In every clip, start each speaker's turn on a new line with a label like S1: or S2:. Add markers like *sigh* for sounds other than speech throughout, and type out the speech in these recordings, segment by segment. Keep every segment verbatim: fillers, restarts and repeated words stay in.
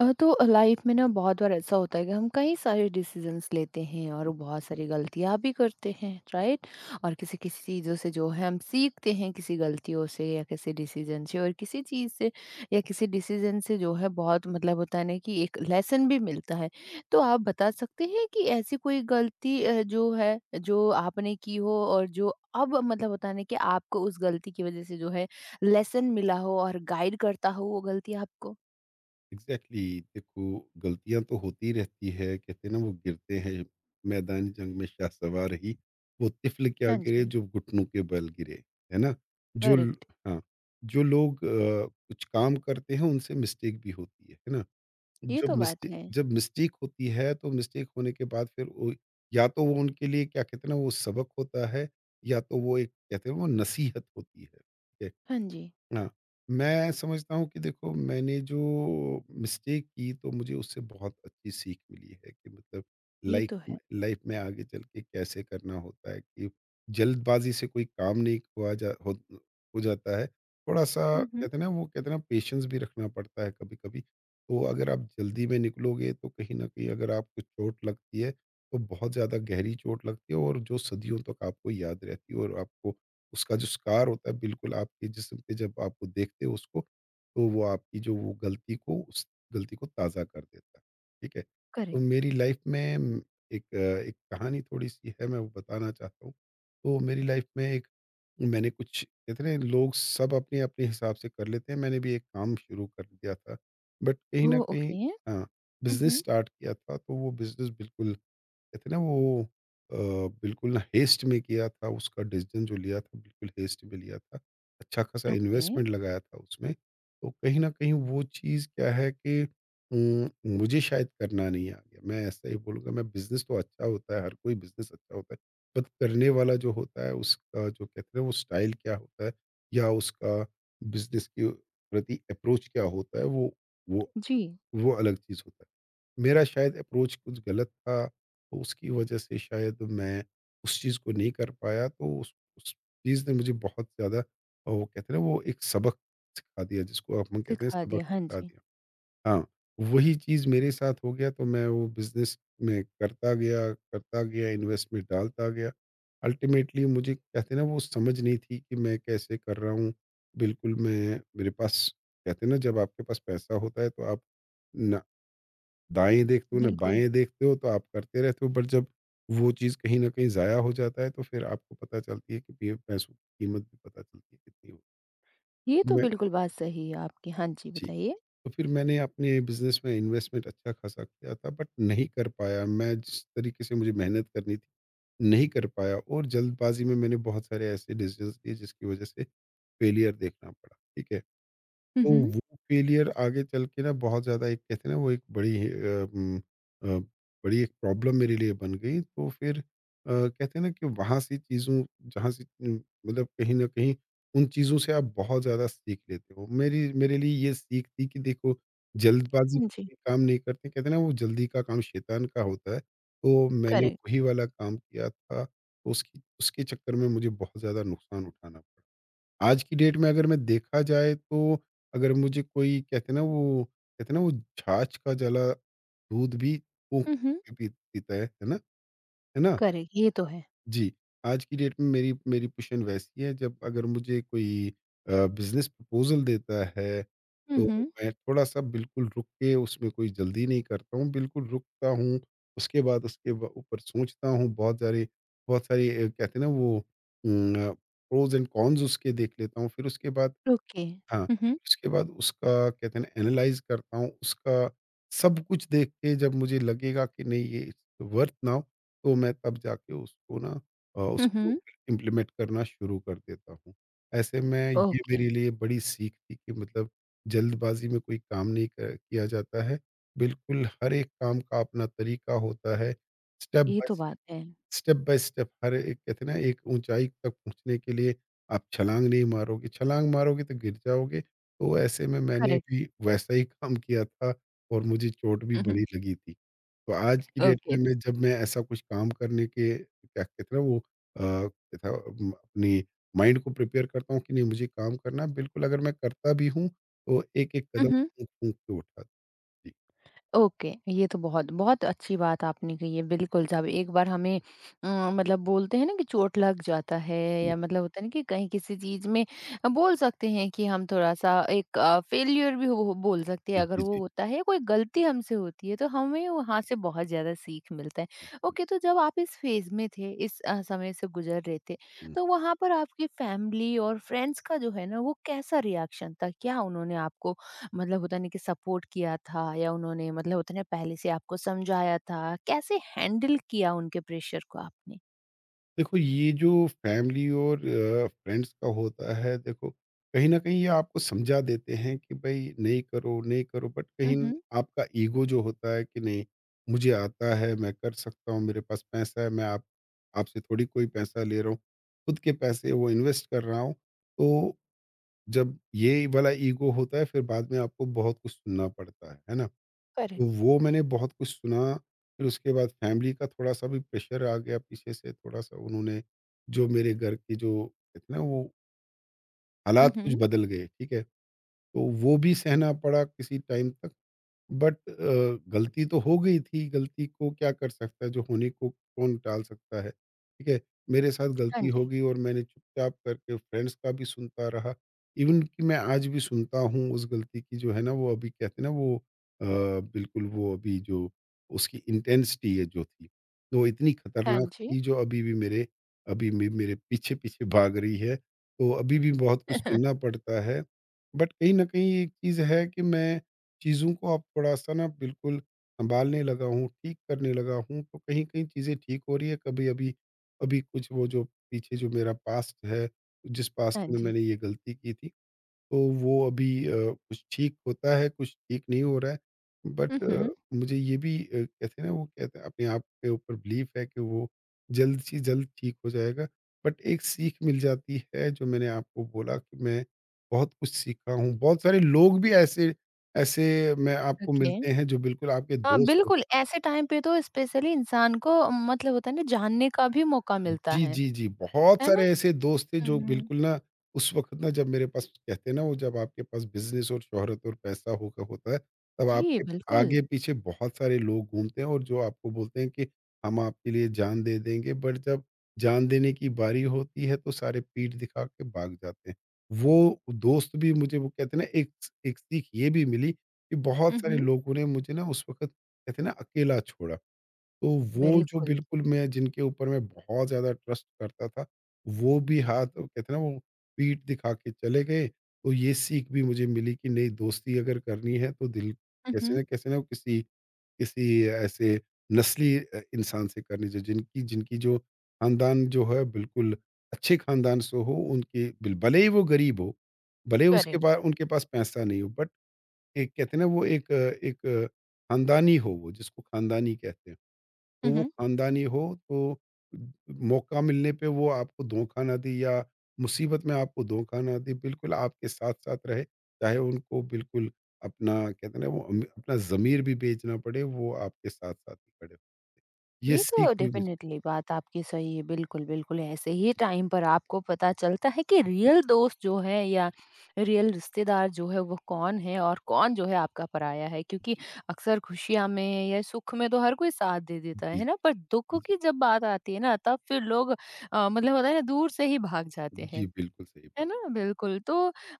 S1: अ, तो लाइफ में ना बहुत बार ऐसा होता है कि हम कई सारे डिसीजंस लेते हैं और बहुत सारी गलतियां भी करते हैं राइट। और किसी किसी चीज़ों से जो है हम सीखते हैं किसी गलतियों से या किसी डिसीजन से और किसी चीज़ से या किसी डिसीजन से जो है बहुत मतलब होता है ना कि एक लेसन भी मिलता है। तो आप बता सकते हैं कि ऐसी कोई गलती अ, जो है जो आपने की हो और जो अब मतलब होता है ना कि आपको उस गलती की वजह से जो है लेसन मिला हो और गाइड करता हो वो गलती आपको।
S2: एग्जैक्टली exactly, देखो गलतियां तो होती रहती है। कहते हैं ना, वो गिरते हैं मैदान जंग में शाह सवार ही, वो तिफल क्या
S1: हाँ
S2: गिरे
S1: जी।
S2: जो घुटनों के बल गिरे। है ना? जो ल-
S1: करेक्ट,
S2: हाँ, जो लोग अ, कुछ काम करते हैं उनसे मिस्टेक भी होती है। है ना?
S1: ये
S2: जब
S1: तो बात
S2: मिस्टेक
S1: है।
S2: जब मिस्टेक होती है तो मिस्टेक होने के बाद फिर वो, या तो वो उनके लिए क्या कहते हैं ना, वो सबक होता है, या तो वो एक कहते हैं वो नसीहत होती है।
S1: हाँ जी,
S2: हाँ, मैं समझता हूँ कि देखो, मैंने जो मिस्टेक की तो मुझे उससे बहुत अच्छी सीख मिली है कि मतलब
S1: ये
S2: लाइफ,
S1: तो है।
S2: लाइफ में आगे चल के कैसे करना होता है कि जल्दबाजी से कोई काम नहीं हुआ जा हो, हो जाता है थोड़ा सा।
S1: हुँ, हुँ,
S2: कहते हैं ना, वो कहते हैं ना, पेशेंस भी रखना पड़ता है कभी कभी। तो अगर आप जल्दी में निकलोगे तो कहीं ना कहीं अगर आपको चोट लगती है तो बहुत ज़्यादा गहरी चोट लगती है, और जो सदियों तक आपको याद रहती है, और आपको उसका जो स्कार होता है बिल्कुल आपके जिस्म पे जब आप वो देखते हो उसको, तो वो आपकी जो वो गलती को, उस गलती को ताज़ा कर देता है, ठीक है? तो
S1: करेक्ट।
S2: मेरी लाइफ़ में उम, एक अ, एक कहानी थोड़ी-सी है, मैं वो बताना चाहता हूँ। तो मेरी लाइफ़ में एक, मैंने कुछ कहते हैं ना, लोग सब अपने-अपने हिसाब से कर लेते हैं, मैंने भी एक काम शुरू कर दिया था। बट कहीं न
S1: ओह!
S2: कहीं
S1: ओके,
S2: हाँ,
S1: हुँ,
S2: बिज़नेस
S1: हुँ।
S2: स्टार्ट किया था तो वो बिज़नेस बिल्कुल, कहते हैं ना वो, अ, बिल्कुल ना हेस्ट में किया था, उसका डिसीजन जो लिया था बिल्कुल हेस्ट में लिया था। अच्छा खासा
S1: ओके,
S2: इन्वेस्टमेंट लगाया था उसमें। तो कहीं न कहीं वो चीज़ क्या है कि उम, मुझे शायद करना नहीं आ गया। मैं ऐसा ही बोलूँगा, मैं बिज़नेस तो अच्छा होता है, हर कोई बिज़नेस अच्छा होता है। बट करने वाला जो होता है उसका जो कहते हैं वो स्टाइल क्या होता है, या उसका बिज़नेस के प्रति अप्रोच क्या होता है, वो वो
S1: जी,
S2: वो अलग चीज़ होता है। मेरा शायद अप्रोच कुछ गलत था, तो उसकी वजह से शायद मैं उस चीज़ को नहीं कर पाया, तो उस उस चीज़ ने मुझे बहुत ज़्यादा अ, वो कहते हैं ना, वो एक सबक सिखा दिया, जिसको आप हम कहते हैं
S1: सिखा
S2: सबक
S1: दिया, हाँ
S2: सिखा
S1: जी,
S2: दिया। हाँ, वही चीज़ मेरे साथ हो गया, तो मैं वो बिज़नेस में करता गया, करता गया, इन्वेस्टमेंट डालता गया। अल्टीमेटली मुझे कहते हैं ना वो समझ नहीं थी कि मैं कैसे कर रहा हूँ। बिल्कुल मैं मेरे पास, कहते हैं ना जब आपके पास पैसा होता है तो आप ना दाएँ देखते हो ना
S1: बिल्कुल।
S2: बाएँ देखते हो, तो आप करते रहते हो। बट जब वो चीज़ कहीं न कहीं ज़ाया हो जाता है तो फिर आपको पता चलती है कि पी पैसों की कीमत भी पता चलती है कितनी हो।
S1: ये तो
S2: मैं
S1: बिल्कुल बात सही है आपकी। हाँ जी,
S2: जी, तो
S1: बताइए?
S2: फिर मैंने अपने बिज़नेस में इन्वेस्टमेंट अच्छा खासा किया था बट नहीं कर पाया। मैं जिस तरीके से मुझे मेहनत करनी थी, नहीं कर पाया, और जल्दबाज़ी में मैंने बहुत सारे ऐसे डिसीज़न्स लिए जिसकी वज़ह से फेलियर देखना पड़ा। ठीक है?
S1: हुँ,
S2: तो
S1: हुँ।
S2: वो फेलियर आगे चल के ना बहुत ज़्यादा एक कहते हैं ना, वो एक बड़ी अ, उम, अ, बड़ी एक प्रॉब्लम मेरे लिए बन गई। तो फिर अ, कहते हैं ना कि वहाँ से चीज़ों, जहाँ से उम, मतलब कहीं न कहीं उन चीज़ों से आप बहुत ज़्यादा सीख लेते हो। मेरी, मेरे लिए ये सीख थी कि देखो, जल्दबाज़ी
S1: हाँ जी,
S2: में काम नहीं करते। कहते हैं ना, वो जल्दी का काम शैतान का होता है। तो मैंने
S1: करेक्ट,
S2: वही वाला काम किया था। तो उसकी, उसके चक्कर में मुझे बहुत ज़्यादा नुकसान उठाना पड़ा। आज की डेट में अगर मैं देखा जाए तो अगर मुझे कोई, कहते हैं ना वो, कहते हैं ना वो, छाछ का जला दूध भी फूँक
S1: हुँ, हुँ।
S2: के पी पीता है, है ना? है ना?
S1: करेक्ट, ये तो है।
S2: जी, आज की डेट में मेरी, मेरी पोज़ीशन वैसी है, जब अगर मुझे कोई अ, बिज़नेस प्रपोज़ल देता है,
S1: हुँ,
S2: तो
S1: हुँ।
S2: मैं थोड़ा-सा बिल्कुल रुक के उसमें कोई जल्दी नहीं करता हूँ, बिल्कुल रुकता हूँ। उसके बाद उसके ब ऊपर सोचता हूँ, बहुत सारी बहुत सारी अ, कहते हैं ना वो, um, uh, pros and cons उसके देख लेता हूँ। फिर उसके बाद
S1: ओके।
S2: हाँ,
S1: हुँ, हुँ।
S2: उसके बाद उसका, कहते हैं ना, एनालाइज़ करता हूँ, उसका सब कुछ देख के जब मुझे लगेगा कि नहीं ये इट्स वर्थ नाउ, तो मैं तब जाके उसको ना अ,
S1: हुँ,
S2: उसके
S1: हुँ।
S2: ऊपर इम्प्लीमेंट करना शुरू कर देता हूँ। ऐसे में ये
S1: ओके,
S2: मेरे लिए बड़ी सीख थी कि मतलब जल्दबाज़ी में कोई काम नहीं क किया जाता है। बिल्कुल हर एक काम का अपना तरीका होता है, स्टेप
S1: ये
S2: बाय
S1: तो
S2: स्टेप,
S1: बात है,
S2: स्टेप बाय स्टेप। हर एक कहते हैं ना, एक ऊंचाई तक पहुंचने के लिए आप छलांग नहीं मारोगे, छलांग मारोगे तो गिर जाओगे। तो ऐसे में मैंने
S1: करेक्ट,
S2: भी वैसा ही काम किया था, और मुझे चोट भी
S1: हुँ,
S2: बड़ी
S1: हुँ।
S2: लगी थी। तो आज की डेट
S1: ओके।
S2: में मैं जब मैं ऐसा कुछ काम करने के क्या कहते हैं ना, वो अ, क्या था अम, अपनी माइंड को प्रिपेयर करता हूँ कि नहीं मुझे काम करना है। बिल्कुल अगर मैं करता भी हूँ तो एक एक
S1: हुँ,
S2: कदम
S1: हुँ।
S2: फूंक फूंक के उठा। जी,
S1: ओके, ये तो बहुत बहुत अच्छी बात आपने कही है, बिल्कुल, जब एक बार हमें अ, मतलब बोलते हैं ना कि चोट लग जाता है या मतलब होता है ना कि कहीं किसी चीज़ में अ, बोल सकते हैं कि हम थोड़ा-सा एक अ, फेल्योर भी हो बोल सकते हैं अगर
S2: जी,
S1: वो
S2: जी,
S1: होता है, कोई गलती हमसे होती है, तो हमें वहाँ से बहुत ज़्यादा सीख मिलता है। ओके, तो जब आप इस फ़ेज़ में थे, इस अ, समय से गुज़र रहे थे,
S2: जी,
S1: तो वहाँ पर आपकी फैमिली और फ्रेंड्स का जो है ना, वो कैसा रिएक्शन था? क्या उन्होंने आपको मतलब होता नहीं कि सपोर्ट किया था या उन्होंने मतलब होता नहीं पहले से आपको समझाया था, कैसे हैंडल किया उनके प्रेशर को आपने?
S2: देखो ये जो फैमिली और फ्रेंड्स का होता है, देखो कहीं ना कहीं ये आपको समझा देते हैं कि भाई नहीं करो, नहीं करो। बट
S1: हुँ,
S2: कहीं न-
S1: हुँ।
S2: आपका ईगो जो होता है कि नहीं, मुझे आता है, मैं कर सकता हूँ, मेरे पास पैसा है, मैं आप आपसे थोड़ी कोई पैसा ले रहा हूँ, खुद के पैसे वो इन्वेस्ट कर रहा हूँ। तो जब ये वाला ईगो होता है फिर बाद में आपको बहुत कुछ सुनना पड़ता है है ना? तो
S1: करेक्ट।
S2: वो मैंने बहुत कुछ सुना, फिर उसके बाद फैमिली का थोड़ा-सा भी प्रेशर आ गया, पीछे से थोड़ा-सा उन्होंने, जो मेरे घर के जो, कहते हैं ना वो,
S1: हुँ,
S2: हालात कुछ
S1: हुँ।
S2: बदल गए, ठीक है? तो वो भी सहना पड़ा किसी टाइम तक। बट अ, गलती तो हो गई थी, गलती को क्या कर सकता है, जो होने को कौन टाल सकता है, ठीक है? मेरे साथ
S1: हाँ
S2: गलती हो
S1: जी।
S2: गई और मैंने चुपचाप करके फ्रेंड्स का भी सुनता रहा, इवन कि मैं आज भी सुनता हूँ उस गलती की जो है ना वो अभी, कहते हैं ना वो अ, बिल्कुल, वो अभी जो उसकी इंटेंसिटी है जो थी, वो इतनी
S1: हाँ
S2: खतरनाक
S1: जी।
S2: थी जो अभी भी मेरे, अभी भी मेरे पीछे-पीछे भाग रही है, तो अभी भी बहुत कुछ सुनना
S1: *laughs*
S2: पड़ता है। बट कहीं न कहीं एक चीज़ है कि मैं चीज़ों को अब थोड़ा-सा ना बिल्कुल सँभालने लगा हूँ, ठीक करने लगा हूँ, तो कहीं-कहीं चीज़ें ठीक हो रही है। कभी अभी, अभी कुछ वो जो पीछे जो मेरा पास्ट है, जिस पास्ट
S1: हाँ
S2: में
S1: जी।
S2: मैंने ये गलती की थी, तो वो अभी अ, कुछ ठीक होता है, कुछ ठीक नहीं हो रहा है।
S1: हुँ,
S2: बट हुँ। अ,
S1: हुँ।
S2: मुझे ये भी अ, कहते हैं ना वो, कहते हैं अपने आप के ऊपर बिलीफ है कि वो जल्द से जल्द ठीक हो जाएगा। बट एक सीख मिल जाती है, जो मैंने आपको बोला कि मैं बहुत कुछ सीखा हूँ। बहुत सारे लोग भी ऐसे, ऐसे मैं आपको
S1: ओके।
S2: मिलते हैं जो बिल्कुल आपके
S1: हाँ,
S2: दोस्त हो।
S1: बिल्कुल ऐसे टाइम पे तो स्पेशली इंसान को मतलब होता है ना जानने का भी मौका मिलता
S2: जी,
S1: है,
S2: जी, जी। बहुत
S1: है
S2: सारे
S1: ना?
S2: ऐसे दोस्त थे
S1: हुँ,
S2: जो
S1: हुँ।
S2: बिल्कुल ना उस वक़्त ना, जब मेरे पास, कहते हैं ना वो, जब आपके पास बिज़नेस और शोहरत और पैसा होगा होता है, तब
S1: जी,
S2: आपके
S1: बिल्कुल।
S2: आगे पीछे बहुत सारे लोग घूमते हैं और जो आपको बोलते हैं कि हम आपके लिए जान दे देंगे, बट जब जान देने की बारी होती है तो सारे पीठ दिखा के भाग जाते हैं। वो दोस्त भी मुझे, वो कहते हैं ना, एक एक सीख ये भी मिली कि बहुत
S1: हुँ,
S2: सारे
S1: हुँ।
S2: लोगों ने मुझे ना उस वक़्त, कहते हैं ना, अकेला छोड़ा। तो वो जो
S1: बिल्कुल।
S2: बिल्कुल मैं, जिनके ऊपर मैं बहुत ज़्यादा ट्रस्ट करता था, वो भी हाथ, वो कहते हैं ना वो, पीठ दिखा के चले गए। तो ये सीख भी मुझे मिली कि नहीं, दोस्ती अगर करनी है तो दिल,
S1: हुँ,
S2: कैसे
S1: हुँ।
S2: ना कैसे ना किसी, किसी ऐसे नस्ली अ, इंसान से करनी चाहिए, जिनकी, जिनकी जो ख़ानदान जो है बिल्कुल अच्छे ख़ानदान से हो उनके, बिल भले ही वो गरीब हो, भले ही उसके
S1: करेक्ट।
S2: पास उनके पास पैसा नहीं हो, बट एक, कहते हैं ना वो, एक अ, एक ख़ानदानी हो वो, जिसको ख़ानदानी कहते हैं। तो
S1: हुँ,
S2: वो
S1: हुँ।
S2: खानदानी हो तो मौका मिलने पे वो आपको धोखा ना दे, या मुसीबत में आपको धोखा ना दे, बिल्कुल आपके साथ साथ रहे, चाहे उनको बिल्कुल अपना, कहते हैं ना वो, अम- अपना ज़मीर भी बेचना पड़े, वो आपके साथ साथ ही खड़े हो। ये
S1: ये
S2: सीख
S1: तो
S2: भी मुझे।
S1: डेफिनेटली बात आपकी सही है। बिल्कुल, बिल्कुल ऐसे ही टाइम पर आपको पता चलता है कि
S2: जी,
S1: रियल दोस्त जो है या रियल रिश्तेदार जो है वो कौन है और कौन जो है आपका पराया है। क्योंकि
S2: जी,
S1: अक्सर खुशियाँ में या सुख में तो हर कोई साथ दे देता है,
S2: जी,
S1: है ना? पर
S2: जी,
S1: दुःख
S2: जी।
S1: की जब बात आती है ना तब फिर लोग अ, मतलब होता है ना दूर से ही भाग जाते हैं।
S2: जी, बिल्कुल सही
S1: है
S2: बात।
S1: ना? बिल्कुल, तो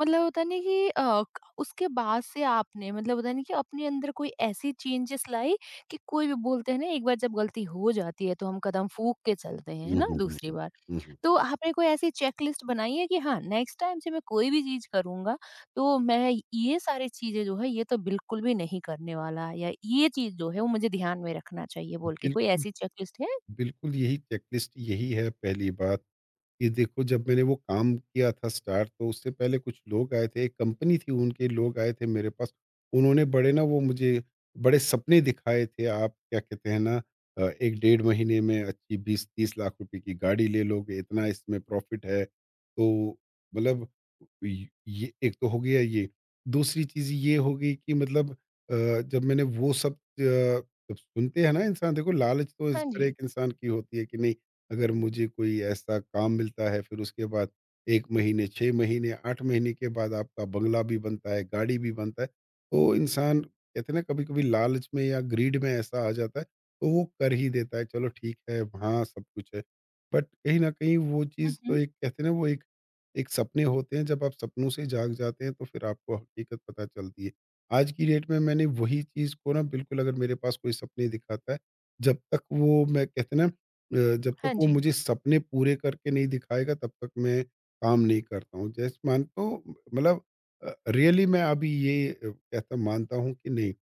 S1: मतलब होता नहीं कि अ, क उसके बाद से आपने मतलब होता नहीं कि अपने अंदर कोई ऐसी चेंजेस लाई कि कोई भी बोलते हैं ना एक बार जब गलती हो जाती है तो हम कदम फूँक के चलते हैं, है
S2: हम्म,
S1: ना?
S2: हम्म, हम्म,
S1: दूसरी बार।
S2: हम्म, हम्म।
S1: तो आपने कोई ऐसी चेकलिस्ट बनाई है कि हाँ, नेक्स्ट टाइम से मैं कोई भी चीज़ करूँगा तो मैं ये सारी चीज़ें जो है ये तो बिल्कुल भी नहीं करने वाला या ये चीज़ जो है वो मुझे ध्यान में रखना चाहिए बोल के कोई
S2: बिल्कुल,
S1: ऐसी चेकलिस्ट है?
S2: बिल्कुल यही चेकलिस्ट, यही है पहली बात। ये देखो, जब मैंने वो काम किया था स्टार्ट, तो उससे पहले कुछ लोग आए थे, एक कंपनी थी, उनके लोग आए थे मेरे पास। उन्होंने बड़े ना वो मुझे बड़े सपने दिखाए थे आप क्या कहते हैं ना। अ, एक डेढ़ महीने में अच्छी बीस तीस लाख रुपए की गाड़ी ले लोगे, इतना इसमें प्रॉफ़िट है। तो मतलब य ये एक तो हो गया ये। दूसरी चीज़ ये हो गई कि मतलब, अ, जब मैंने वो सब, अ, जब सुनते हैं ना इंसान, देखो लालच तो इस-
S1: हाँ
S2: हर
S1: जी।
S2: एक इंसान की होती है कि नहीं। अगर मुझे कोई ऐसा काम मिलता है फिर उसके बाद एक महीने, छह महीने, आठ महीने के बाद आपका बंगला भी बनता है, गाड़ी भी बनता है। तो इंसान कहते हैं ना, कभी-कभी लालच में या ग्रीड में ऐसा आ जाता है, तो वो कर ही देता है, चलो ठीक है, हाँ, सब कुछ है। बट कहीं न कहीं वो
S1: हुँ,
S2: चीज़ तो
S1: हुँ।
S2: एक कहते हैं ना, वो एक एक सपने होते हैं। जब आप सपनों से जाग जाते हैं तो फिर आपको हकीकत पता चलती है। आज की डेट में मैंने वही चीज़ को ना, बिल्कुल अगर मेरे पास कोई सपने दिखाता है, जब तक वो, मैं कहते हैं ना, अ, जब तक
S1: हाँ
S2: वो
S1: जी,
S2: मुझे सपने पूरे करके नहीं दिखाएगा तब तक मैं काम नहीं करता हूँ। जैसे मानता हूँ, मतलब, अ, रियली मैं अभी ये, अ, कहता मानता हूँ कि नहीं,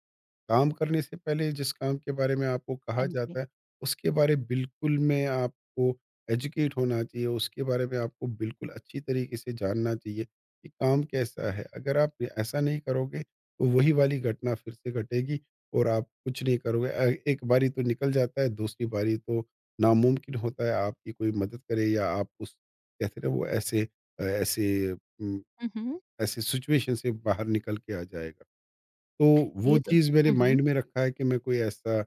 S2: काम करने से पहले जिस काम के बारे में आपको कहा
S1: हाँ जी।
S2: जाता है, उसके बारे बिल्कुल में आपको एजुकेट होना चाहिए, उसके बारे में आपको बिल्कुल अच्छी तरीके से जानना चाहिए कि काम कैसा है। अगर आप ऐसा नहीं करोगे, तो वही वाली घटना फिर से घटेगी और आप कुछ नहीं करोगे। अ, एक बारी तो निकल जाता है, दूसरी बारी तो नामुमकिन होता है आपकी कोई मदद करे या आप उस, कहते हैं ना वो ऐसे, अ, ऐसे, उम,
S1: हुँ, हुँ।
S2: ऐसे सिचुएशन से बाहर निकल के आ जाएगा। तो वो
S1: ये तो
S2: चीज़ मेरे
S1: हुँ, हुँ।
S2: माइंड में रखा है कि मैं कोई ऐसा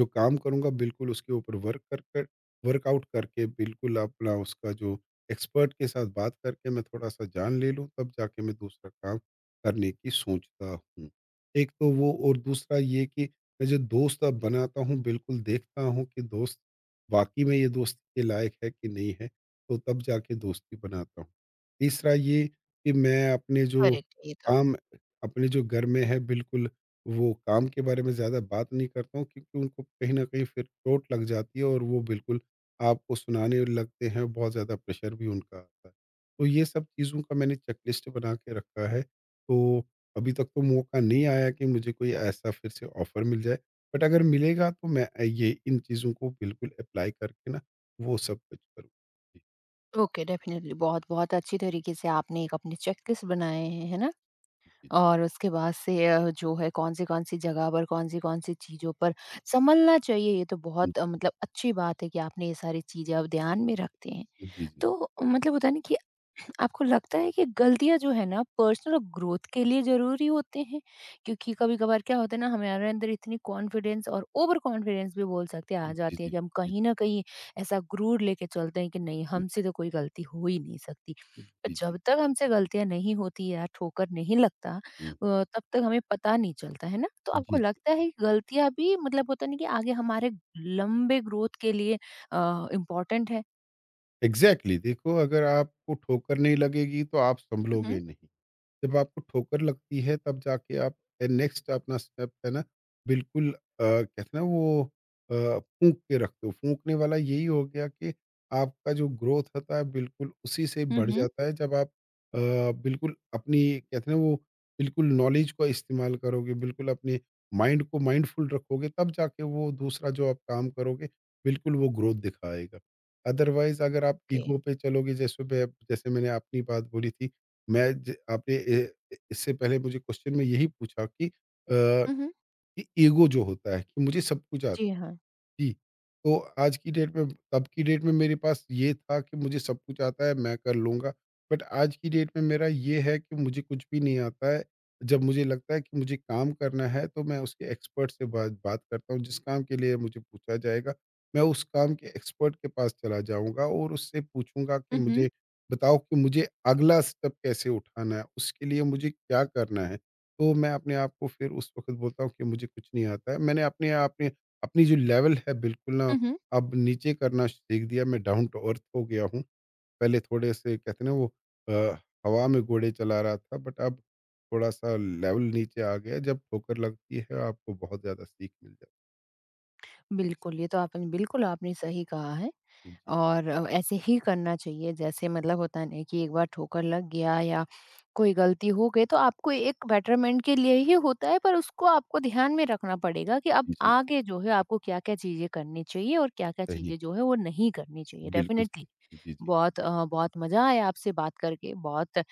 S2: जो काम करूँगा बिल्कुल उसके ऊपर वर्क कर कर वर्कआउट करके बिल्कुल अपना उसका जो एक्सपर्ट के साथ बात करके मैं थोड़ा-सा जान ले लूँ, तब जाके मैं दूसरा काम करने की सोचता हूँ। एक तो वो, और दूसरा ये कि मैं जो दोस्त अब बनाता हूँ बिल्कुल देखता हूँ कि दोस्त वाक़ई में ये दोस्ती के लायक है कि नहीं है, तो तब जाके दोस्ती बनाता हूँ। तीसरा ये कि मैं अपने जो
S1: करेक्ट, ये तो
S2: काम, अपने जो घर में है, बिल्कुल वो काम के बारे में ज़्यादा बात नहीं करता हूँ क्योंकि उनको कहीं न कहीं फिर चोट लग जाती है और वो बिल्कुल आपको सुनाने लगते हैं, बहुत ज़्यादा प्रेशर भी उनका आता है। तो ये सब चीज़ों का मैंने चेकलिस्ट बना के रखा है, तो अभी तक तो मौका नहीं आया कि मुझे कोई ऐसा फिर से ऑफ़र मिल जाए। बट अगर मिलेगा तो मैं, अ, ये इन चीज़ों को बिल्कुल अप्लाई करके ना वो सब कुछ करूँ।
S1: ओके डेफिनिटली बहुत-बहुत अच्छी तरीके से आपने एक अपने चेकलिस्ट बनाए हैं, है ना?
S2: जी,
S1: और उसके बाद से अ, जो है कौन-सी-कौन सी कौन सी जगह पर, कौन-सी-कौन सी चीज़ों पर संभलना चाहिए, ये तो बहुत अ, मतलब अच्छी बात है कि आपने ये सारी चीज़ें अब ध्यान में रखते हैं।
S2: जी, जी, जी,
S1: तो मतलब होता है ना कि आपको लगता है कि गलतियाँ जो है ना पर्सनल ग्रोथ के लिए ज़रूरी होते हैं? क्योंकि कभी-कभार क्या होता है ना हमारे अंदर इतनी कॉन्फिडेंस और ओवर कॉन्फिडेंस भी बोल सकते हैं
S2: जी,
S1: आ
S2: जी,
S1: जाती है
S2: जी,
S1: कि हम
S2: जी,
S1: कहीं न कहीं ऐसा गुरूर लेके चलते हैं कि नहीं
S2: जी,
S1: हमसे तो कोई गलती हो ही नहीं सकती।
S2: जी, जी, जी,
S1: जब तक हमसे गलतियाँ नहीं होती या ठोकर नहीं लगता अ,
S2: हुँ,
S1: तब तक हमें पता नहीं चलता, है ना? तो
S2: जी,
S1: आपको
S2: जी।
S1: लगता है कि गलतियाँ भी मतलब होता है ना कि आगे हमारे लंबे ग्रोथ के लिए अ, इम्पोर्टेंट है?
S2: एग्जैक्टली exactly, देखो अगर आपको ठोकर नहीं लगेगी तो आप संभलोगे
S1: हुँ,
S2: नहीं। जब आपको ठोकर लगती है तब जाके आप नेक्स्ट अपना स्टेप है ना, बिल्कुल, अ, कहते हैं ना वो, अ, फूंक के रखते हो, फूंकने वाला यही हो गया कि आपका जो ग्रोथ होता है बिल्कुल उसी से बढ़
S1: हुँ।
S2: जाता है जब आप, अ, बिल्कुल अपनी कहते हैं ना वो बिल्कुल नॉलेज का इस्तेमाल करोगे, बिल्कुल अपने माइंड को माइंडफुल रखोगे, तब जाके वो दूसरा जो आप काम करोगे बिल्कुल वो ग्रोथ दिखाएगा। अदरवाइज अगर आप
S1: ओके।
S2: ईगो पे चलोगे, जैसे मैं- जैसे मैंने अपनी बात बोली थी, मैं ज आपने ए ए इससे पहले मुझे क्वेश्चन में यही पूछा कि, अ,
S1: हुँ, हुँ।
S2: कि ईगो जो होता है कि मुझे सब कुछ आता
S1: जी
S2: है।
S1: हाँ।
S2: जी, तो आज की डेट में, तब की डेट में मेरे पास ये था कि मुझे सब कुछ आता है, मैं कर लूँगा। बट आज की डेट में मेरा ये है कि मुझे कुछ भी नहीं आता है। जब मुझे लगता है कि मुझे काम करना है, तो मैं उसके एक्सपर्ट से बात बात करता हूँ। जिस काम के लिए मुझे पूछा जाएगा, मैं उस काम के एक्सपर्ट के पास चला जाऊँगा और उससे पूछूँगा कि
S1: हुँ, हुँ।
S2: मुझे बताओ कि मुझे अगला स्टेप कैसे उठाना है? उसके लिए मुझे क्या करना है? तो मैं अपने आप को फिर उस वक़्त बोलता हूँ कि मुझे कुछ नहीं आता है। मैंने अपने आप ने अपनी जो लेवल है बिल्कुल ना
S1: हुँ, हुँ।
S2: अब नीचे करना सीख दिया, मैं डाउन टू अर्थ हो गया हूँ। पहले थोड़े से कहते हैं ना वो, अ, हवा में घोड़े चला रहा था, बट अब थोड़ा-सा लेवल नीचे आ गया। जब ठोकर लगती है आपको बहुत ज़्यादा सीख मिल जाती है।
S1: बिल्कुल, ये तो आपने बिल्कुल आपने सही कहा है
S2: जी,
S1: और अ, ऐसे ही करना चाहिए जैसे मतलब होता है ना कि एक बार ठोकर लग गया या कोई गलती हो गई तो आपको एक बेटरमेंट के लिए ही होता है पर उसको आपको ध्यान में रखना पड़ेगा कि अब
S2: जी,
S1: आगे जो है आपको क्या-क्या चीज़ें करनी चाहिए और क्या-क्या
S2: सही है।
S1: चीज़ें जो है वो नहीं करनी चाहिए
S2: बिल्कुल
S1: डेफ़िनेटली।
S2: सही। जी, जी,
S1: बहुत अ, बहुत मज़ा आया आपसे बात करके, बहुत अ,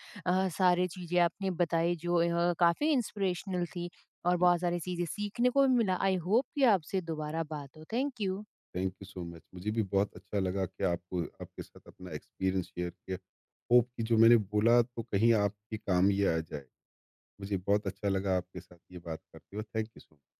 S1: सारी चीज़ें आपने बताई जो अ, काफ़ी इंस्पिरेशनल थी और
S2: जी।
S1: बहुत सारी चीज़ें सीखने को भी मिला। आई होप कि आपसे दोबारा बात हो। Thank you.
S2: Thank you so much. मुझे भी बहुत अच्छा लगा कि आपको आपके साथ अपना एक्सपीरियंस शेयर किया। होप कि जो मैंने बोला तो कहीं आपके काम ये आ जाए। मुझे बहुत अच्छा लगा आपके साथ ये बात करते हुए। Thank you so much.